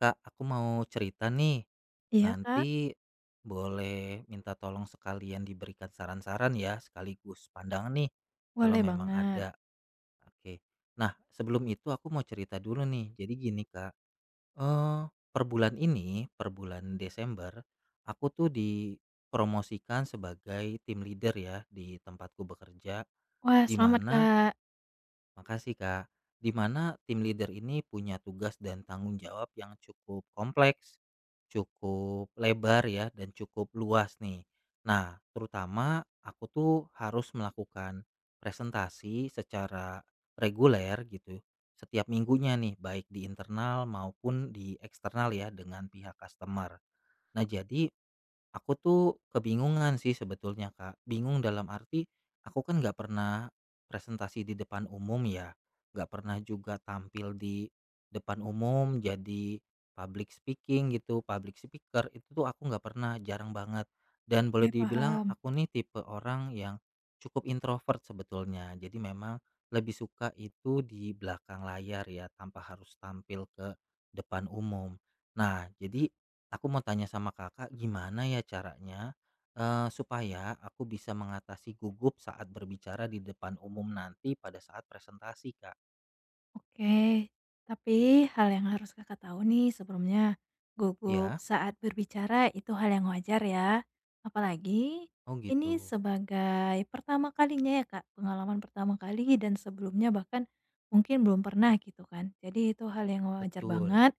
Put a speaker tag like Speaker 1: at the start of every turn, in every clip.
Speaker 1: Kak, aku mau cerita nih.
Speaker 2: Iya Kak,
Speaker 1: Nanti boleh minta tolong sekalian diberikan saran-saran ya, sekaligus pandangan nih kalau
Speaker 2: boleh
Speaker 1: memang
Speaker 2: banget.
Speaker 1: ada. Oke. Nah, sebelum itu aku mau cerita dulu nih. Jadi gini, Kak. Eh, per bulan ini, per bulan Desember, aku tuh dipromosikan sebagai tim leader ya di tempatku bekerja.
Speaker 2: Wah
Speaker 1: Di
Speaker 2: selamat
Speaker 1: mana
Speaker 2: Kak,
Speaker 1: Makasih, Kak. Di mana tim leader ini punya tugas dan tanggung jawab yang cukup kompleks, cukup lebar ya, dan cukup luas nih. Nah, terutama aku tuh harus melakukan presentasi secara reguler gitu setiap minggunya nih, baik di internal maupun di eksternal ya dengan pihak customer. Nah, jadi aku tuh kebingungan sih sebetulnya, Kak. Bingung dalam arti, aku kan nggak pernah presentasi di depan umum ya, nggak pernah juga tampil di depan umum, jadi public speaking gitu, public speaker itu tuh aku nggak pernah, jarang banget. Dan
Speaker 2: oke
Speaker 1: boleh dibilang
Speaker 2: paham.
Speaker 1: aku nih tipe orang yang cukup introvert sebetulnya. Jadi memang lebih suka itu di belakang layar ya, tanpa harus tampil ke depan umum. Nah, jadi aku mau tanya sama kakak, gimana ya caranya supaya aku bisa mengatasi gugup saat berbicara di depan umum nanti pada saat presentasi, Kak?
Speaker 2: Oke, tapi hal yang harus Kakak tahu nih sebelumnya, gugup
Speaker 1: Ya,
Speaker 2: saat berbicara itu hal yang wajar ya. Apalagi
Speaker 1: oh
Speaker 2: ini
Speaker 1: gitu,
Speaker 2: sebagai pertama kalinya ya Kak, pengalaman pertama kali dan sebelumnya bahkan mungkin belum pernah gitu kan. Jadi itu hal yang wajar
Speaker 1: betul.
Speaker 2: banget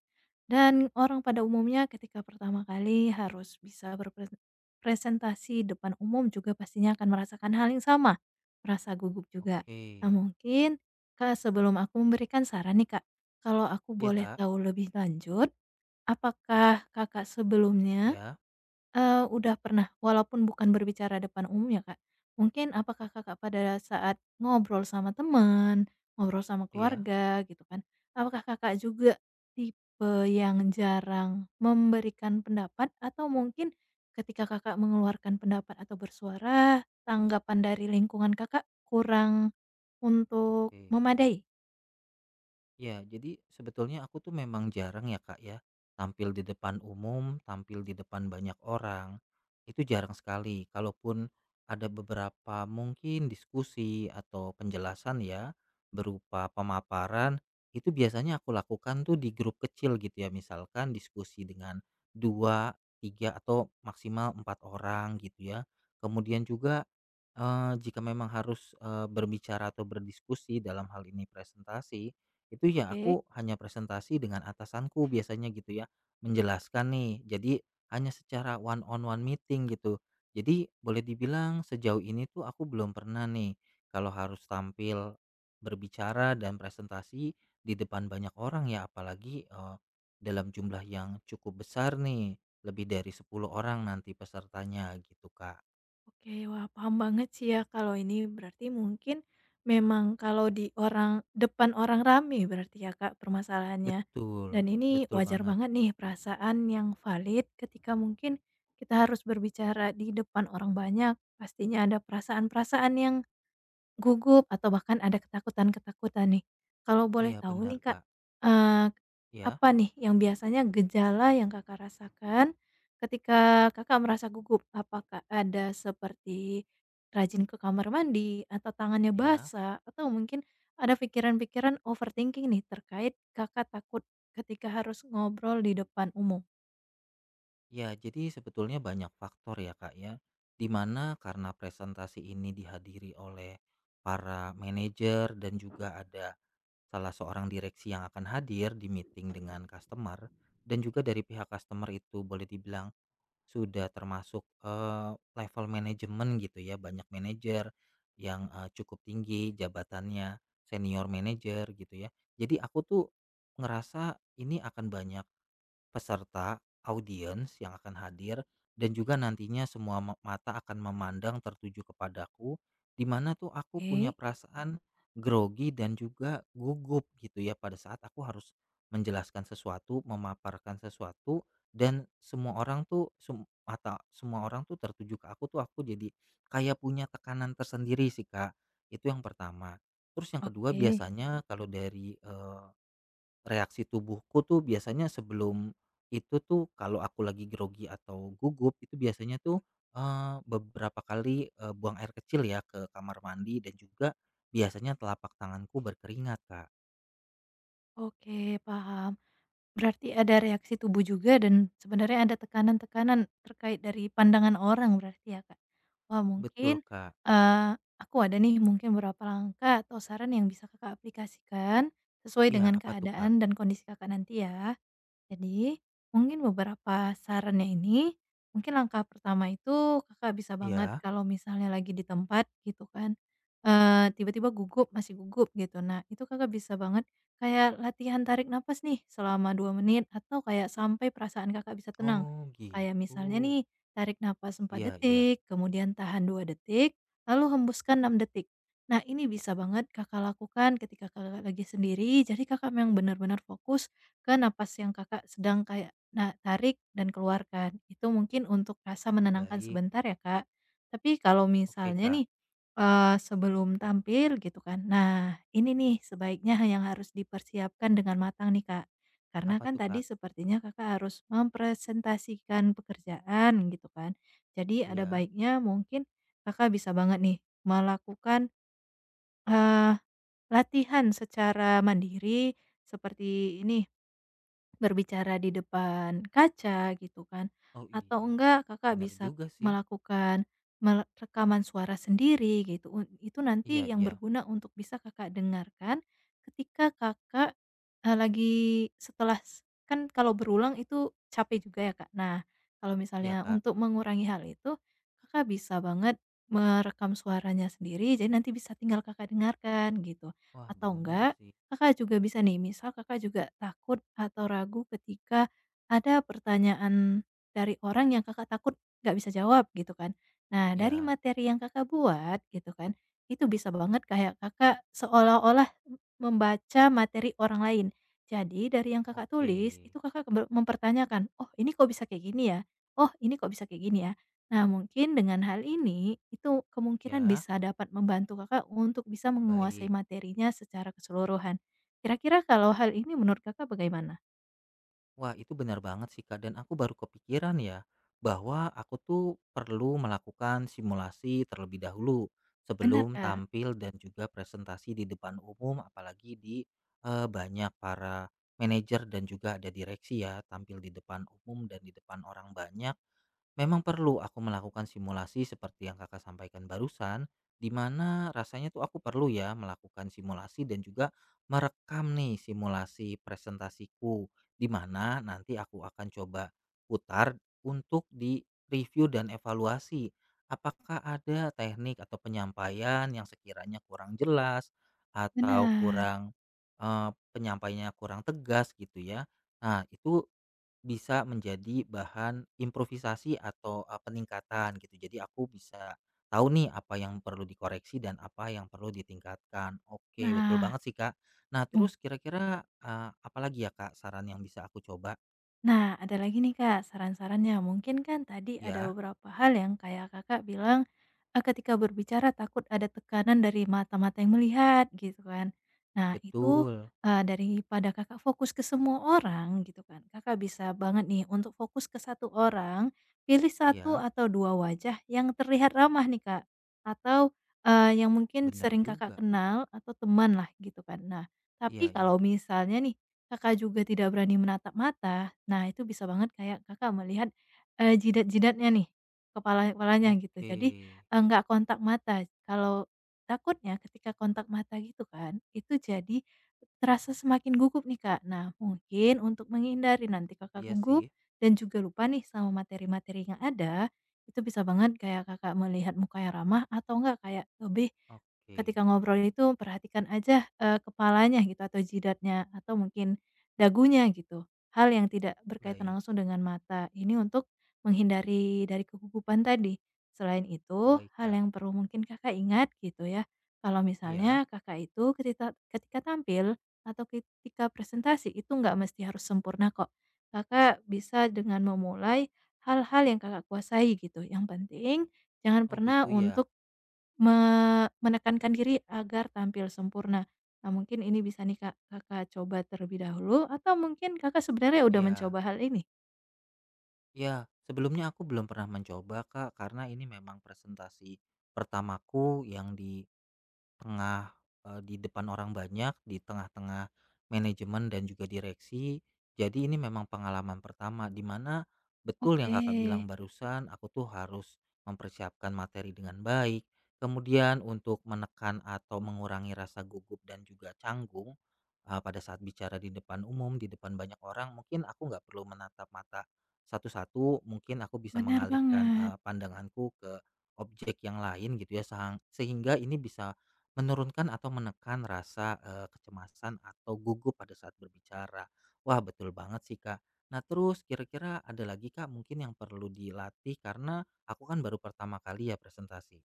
Speaker 2: dan orang pada umumnya ketika pertama kali harus bisa berpresentasi depan umum juga pastinya akan merasakan hal yang sama, merasa gugup juga.
Speaker 1: Oke,
Speaker 2: Nah mungkin Kak, sebelum aku memberikan saran nih Kak, kalau aku
Speaker 1: iya
Speaker 2: boleh
Speaker 1: Kak,
Speaker 2: tahu lebih lanjut, apakah Kakak sebelumnya,
Speaker 1: ya,
Speaker 2: udah pernah walaupun bukan berbicara depan umum ya Kak, mungkin apakah Kakak pada saat ngobrol sama teman, ngobrol sama
Speaker 1: iya,
Speaker 2: keluarga gitu kan, apakah Kakak juga tipe yang jarang memberikan pendapat atau mungkin ketika Kakak mengeluarkan pendapat atau bersuara, tanggapan dari lingkungan Kakak kurang untuk
Speaker 1: oke.
Speaker 2: memadai?
Speaker 1: Ya, jadi sebetulnya aku tuh memang jarang ya Kak ya, tampil di depan umum, tampil di depan banyak orang, itu jarang sekali. Kalaupun ada beberapa mungkin diskusi atau penjelasan ya, berupa pemaparan, itu biasanya aku lakukan tuh di grup kecil gitu ya, misalkan diskusi dengan dua, tiga, atau maksimal empat orang gitu ya. Kemudian juga jika memang harus, berbicara atau berdiskusi dalam hal ini presentasi, itu ya
Speaker 2: Oke
Speaker 1: aku hanya presentasi dengan atasanku biasanya gitu ya, menjelaskan nih. Jadi hanya secara one on one meeting gitu. Jadi boleh dibilang sejauh ini tuh aku belum pernah nih kalau harus tampil berbicara dan presentasi di depan banyak orang ya apalagi, dalam jumlah yang cukup besar nih, lebih dari 10 orang nanti pesertanya gitu, Kak.
Speaker 2: oke. Wah, paham banget sih ya kalau ini berarti mungkin memang kalau di orang depan orang rame berarti ya, Kak, permasalahannya.
Speaker 1: Betul,
Speaker 2: Dan ini
Speaker 1: betul
Speaker 2: wajar
Speaker 1: banget.
Speaker 2: banget nih perasaan yang valid ketika mungkin kita harus berbicara di depan orang banyak, pastinya ada perasaan-perasaan yang gugup atau bahkan ada ketakutan-ketakutan nih. Kalau boleh
Speaker 1: Iya
Speaker 2: tahu
Speaker 1: benar
Speaker 2: nih Kak,
Speaker 1: Kak.
Speaker 2: eee,
Speaker 1: Ya,
Speaker 2: apa nih yang biasanya gejala yang Kakak rasakan ketika Kakak merasa gugup? Apakah ada seperti rajin ke kamar mandi, atau tangannya
Speaker 1: ya.
Speaker 2: basah, atau mungkin ada pikiran-pikiran overthinking nih terkait Kakak takut ketika harus ngobrol di depan umum?
Speaker 1: Ya, jadi sebetulnya banyak faktor ya Kak ya, dimana karena presentasi ini dihadiri oleh para manajer dan juga ada salah seorang direksi yang akan hadir di meeting dengan customer dan juga dari pihak customer itu boleh dibilang sudah termasuk, level manajemen gitu ya, banyak manajer yang, cukup tinggi jabatannya, senior manajer gitu ya. Jadi aku tuh ngerasa ini akan banyak peserta, audiens yang akan hadir, dan juga nantinya semua mata akan memandang tertuju kepadaku, di mana tuh aku punya
Speaker 2: Oke.
Speaker 1: perasaan grogi dan juga gugup gitu ya pada saat aku harus menjelaskan sesuatu, memaparkan sesuatu, dan semua orang tuh sem- mata semua orang tuh tertuju ke aku tuh aku jadi kayak punya tekanan tersendiri sih, Kak. Itu yang pertama. Terus yang kedua
Speaker 2: Oke.
Speaker 1: biasanya kalau dari reaksi tubuhku tuh biasanya sebelum itu tuh kalau aku lagi grogi atau gugup itu biasanya tuh, beberapa kali, buang air kecil ya ke kamar mandi dan juga biasanya telapak tanganku berkeringat, Kak.
Speaker 2: Oke, paham. Berarti ada reaksi tubuh juga dan sebenarnya ada tekanan-tekanan terkait dari pandangan orang berarti ya, Kak? Wah
Speaker 1: Betul,
Speaker 2: mungkin,
Speaker 1: Kak.
Speaker 2: eee, aku ada nih mungkin beberapa langkah atau saran yang bisa Kakak aplikasikan sesuai
Speaker 1: Iya,
Speaker 2: dengan
Speaker 1: apa tuh, Kak?
Speaker 2: keadaan dan kondisi Kakak nanti ya. Jadi, mungkin beberapa sarannya ini, mungkin langkah pertama itu Kakak bisa banget
Speaker 1: Iya?
Speaker 2: kalau misalnya lagi di tempat gitu kan, tiba-tiba gugup, masih gugup gitu. Nah, itu Kakak bisa banget kayak latihan tarik nafas nih selama 2 menit atau kayak sampai perasaan Kakak bisa tenang.
Speaker 1: Oh,
Speaker 2: Kayak misalnya
Speaker 1: gitu.
Speaker 2: nih, tarik nafas empat
Speaker 1: Iya iya,
Speaker 2: detik, kemudian tahan 2 detik, lalu hembuskan 6 detik. Nah, ini bisa banget Kakak lakukan ketika Kakak lagi sendiri, jadi Kakak memang benar-benar fokus ke napas yang Kakak sedang kayak na tarik dan keluarkan. Itu mungkin untuk rasa menenangkan
Speaker 1: baik.
Speaker 2: sebentar ya, Kak. Tapi kalau
Speaker 1: Oke,
Speaker 2: misalnya
Speaker 1: Kak.
Speaker 2: nih, sebelum tampil gitu kan, nah ini nih sebaiknya yang harus dipersiapkan dengan matang nih, Kak. Karena
Speaker 1: Apa
Speaker 2: kan
Speaker 1: tuh,
Speaker 2: tadi
Speaker 1: Kak?
Speaker 2: sepertinya Kakak harus mempresentasikan pekerjaan gitu kan. Jadi ada
Speaker 1: Iya.
Speaker 2: baiknya mungkin Kakak bisa banget nih melakukan, eee, latihan secara mandiri seperti ini berbicara di depan kaca gitu kan,
Speaker 1: Oh,
Speaker 2: atau
Speaker 1: iya,
Speaker 2: enggak Kakak
Speaker 1: benar
Speaker 2: bisa
Speaker 1: juga sih.
Speaker 2: melakukan mele rekaman suara sendiri gitu, un itu
Speaker 1: Iya
Speaker 2: nanti yang
Speaker 1: iya.
Speaker 2: berguna untuk bisa Kakak dengarkan ketika Kakak, lagi setelah s kan kalau berulang itu capek juga ya, Kak. Nah, kalau
Speaker 1: Iya,
Speaker 2: misalnya
Speaker 1: Kak.
Speaker 2: untuk mengurangi hal itu, Kakak bisa banget merekam suaranya sendiri, jadi nanti bisa tinggal Kakak dengarkan gitu.
Speaker 1: Wah,
Speaker 2: Atau
Speaker 1: benar
Speaker 2: enggak
Speaker 1: sih.
Speaker 2: Kakak juga bisa nih, misal Kakak juga takut atau ragu ketika ada pertanyaan dari orang yang Kakak takut nggak bisa jawab gitu kan. Nah, dari
Speaker 1: Iya.
Speaker 2: materi yang Kakak buat gitu kan, itu bisa banget kayak Kakak seolah-olah membaca materi orang lain. Jadi dari yang Kakak
Speaker 1: Oke.
Speaker 2: tulis itu Kakak ber- mempertanyakan, "Oh, ini kok bisa kayak gini ya? Oh, ini kok bisa kayak gini ya?" Nah, mungkin dengan hal ini itu kemungkinan
Speaker 1: Ya?
Speaker 2: bisa dapat membantu Kakak untuk bisa menguasai
Speaker 1: Baik.
Speaker 2: materinya secara keseluruhan. Kira-kira kalau hal ini menurut Kakak bagaimana?
Speaker 1: Wah, itu benar banget sih Kak dan aku baru kepikiran ya bahwa aku tuh perlu melakukan simulasi terlebih dahulu
Speaker 2: Benar,
Speaker 1: sebelum
Speaker 2: Kak,
Speaker 1: tampil dan juga presentasi di depan umum apalagi di banyak para manajer dan juga ada direksi ya tampil di depan umum dan di depan orang banyak. Memang perlu aku melakukan simulasi seperti yang Kakak sampaikan barusan, di mana rasanya tuh aku perlu ya melakukan simulasi dan juga merekam nih simulasi presentasiku, di mana nanti aku akan coba putar untuk di review dan evaluasi. Apakah ada teknik atau penyampaian yang sekiranya kurang jelas atau
Speaker 2: benar.
Speaker 1: kurang eh, penyampaiannya kurang tegas gitu ya? Nah itu bisa menjadi bahan improvisasi atau, peningkatan gitu. Jadi aku bisa tahu nih apa yang perlu dikoreksi dan apa yang perlu ditingkatkan. Oke, betul
Speaker 2: Nah,
Speaker 1: banget sih, Kak. Nah
Speaker 2: mu
Speaker 1: terus kira-kira, apa lagi ya, Kak, saran yang bisa aku coba?
Speaker 2: nah, ada lagi nih Kak, saran-sarannya. Mungkin kan tadi ada
Speaker 1: Ya,
Speaker 2: beberapa hal yang kayak Kakak bilang, ketika berbicara takut ada tekanan dari mata-mata yang melihat, gitu kan. Nah, itu,
Speaker 1: betul.
Speaker 2: daripada Kakak fokus ke semua orang, gitu kan, Kakak bisa banget nih untuk fokus ke satu orang, pilih satu
Speaker 1: Ya
Speaker 2: atau 2 wajah yang terlihat ramah nih Kak, atau, yang mungkin
Speaker 1: bener
Speaker 2: sering Kakak
Speaker 1: juga.
Speaker 2: kenal atau teman lah gitu kan. Nah, tapi
Speaker 1: Iya iya.
Speaker 2: kalau misalnya nih, Kakak juga tidak berani menatap mata, nah itu bisa banget kayak Kakak melihat, jidat-jidatnya nih, kepala-kepalanya gitu.
Speaker 1: Oke.
Speaker 2: Jadi, nggak kontak mata. Kalau takutnya ketika kontak mata gitu kan, itu jadi terasa semakin gugup nih, Kak. Nah, mungkin untuk menghindari nanti Kakak
Speaker 1: Iya
Speaker 2: gugup
Speaker 1: sih.
Speaker 2: dan juga lupa nih sama materi-materi yang ada, itu bisa banget kayak Kakak melihat muka yang ramah atau enggak kayak lebih
Speaker 1: Oke.
Speaker 2: ketika ngobrol itu perhatikan aja, kepalanya gitu atau jidatnya atau mungkin dagunya gitu. Hal yang tidak berkaitan
Speaker 1: Baik
Speaker 2: langsung dengan mata, ini untuk menghindari dari kegugupan tadi. Selain itu,
Speaker 1: baik,
Speaker 2: hal
Speaker 1: Kak.
Speaker 2: yang perlu mungkin Kakak ingat gitu ya, kalau
Speaker 1: Iya.
Speaker 2: misalnya Kakak itu ketika ketika tampil atau ketika presentasi itu nggak mesti harus sempurna kok. Kakak bisa dengan memulai hal-hal yang Kakak kuasai gitu. Yang penting jangan
Speaker 1: Oh
Speaker 2: pernah
Speaker 1: gitu ya?
Speaker 2: untuk me menekankan diri agar tampil sempurna. Nah, mungkin ini bisa nih, Kak, Kakak coba terlebih dahulu atau mungkin Kakak sebenarnya udah
Speaker 1: Iya.
Speaker 2: mencoba hal ini?
Speaker 1: Ya, sebelumnya aku belum pernah mencoba Kak, karena ini memang presentasi pertamaku yang Tengah, di depan orang banyak, di tengah-tengah manajemen dan juga direksi. Jadi ini memang pengalaman pertama di mana betul yang
Speaker 2: Oke,
Speaker 1: Kakak bilang barusan, aku tuh harus mempersiapkan materi dengan baik. Kemudian untuk menekan atau mengurangi rasa gugup dan juga canggung, pada saat bicara di depan umum, di depan banyak orang, mungkin aku nggak perlu menatap mata satu-satu, mungkin aku bisa
Speaker 2: benar
Speaker 1: mengalihkan,
Speaker 2: banget.
Speaker 1: pandanganku ke objek yang lain gitu ya, sehingga ini bisa menurunkan atau menekan rasa, kecemasan atau gugup pada saat berbicara. Wah, betul banget sih, Kak. Nah, terus kira-kira ada lagi, Kak, mungkin yang perlu dilatih karena aku kan baru pertama kali ya presentasi?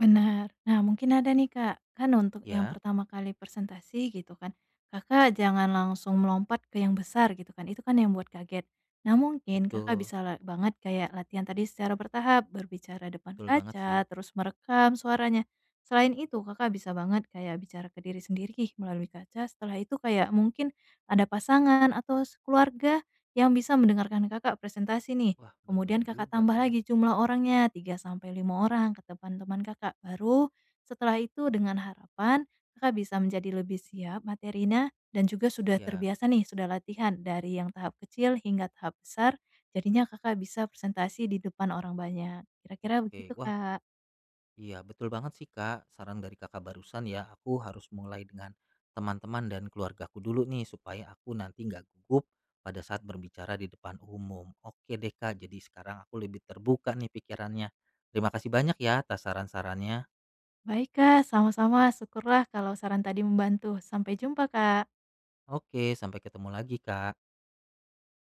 Speaker 2: Benar. Nah, mungkin ada nih, Kak, kan untuk yang
Speaker 1: Ya,
Speaker 2: pertama kali presentasi gitu kan, Kakak jangan langsung melompat ke yang besar gitu kan, itu kan yang buat kaget. Nah, mungkin Kakak
Speaker 1: betul,
Speaker 2: bisa la banget kayak latihan tadi secara bertahap, berbicara depan
Speaker 1: betul banget sih.
Speaker 2: kaca, terus merekam suaranya. Selain itu, Kakak bisa banget kayak bicara ke diri sendiri melalui kaca, setelah itu kayak mungkin ada pasangan atau keluarga yang bisa mendengarkan Kakak presentasi nih,
Speaker 1: Wah, bener
Speaker 2: kemudian Kakak
Speaker 1: juga
Speaker 2: tambah
Speaker 1: ya.
Speaker 2: lagi jumlah orangnya 3 sampai 5 orang ke teman-teman Kakak. Baru setelah itu dengan harapan Kakak bisa menjadi lebih siap materinya dan juga sudah
Speaker 1: Ya
Speaker 2: terbiasa nih, sudah latihan dari yang tahap kecil hingga tahap besar, jadinya Kakak bisa presentasi di depan orang banyak. Kira-kira begitu,
Speaker 1: oke. Wah,
Speaker 2: Kak.
Speaker 1: iya, betul banget sih Kak. Saran dari Kakak barusan ya, aku harus mulai dengan teman-teman dan keluargaku dulu nih supaya aku nanti nggak gugup pada saat berbicara di depan umum. Oke deh Kak, jadi sekarang aku lebih terbuka nih pikirannya. Terima kasih banyak ya atas saran-sarannya.
Speaker 2: Baik, Kak, sama-sama, syukurlah kalau saran tadi membantu. Sampai jumpa, Kak.
Speaker 1: Oke, sampai ketemu lagi Kak.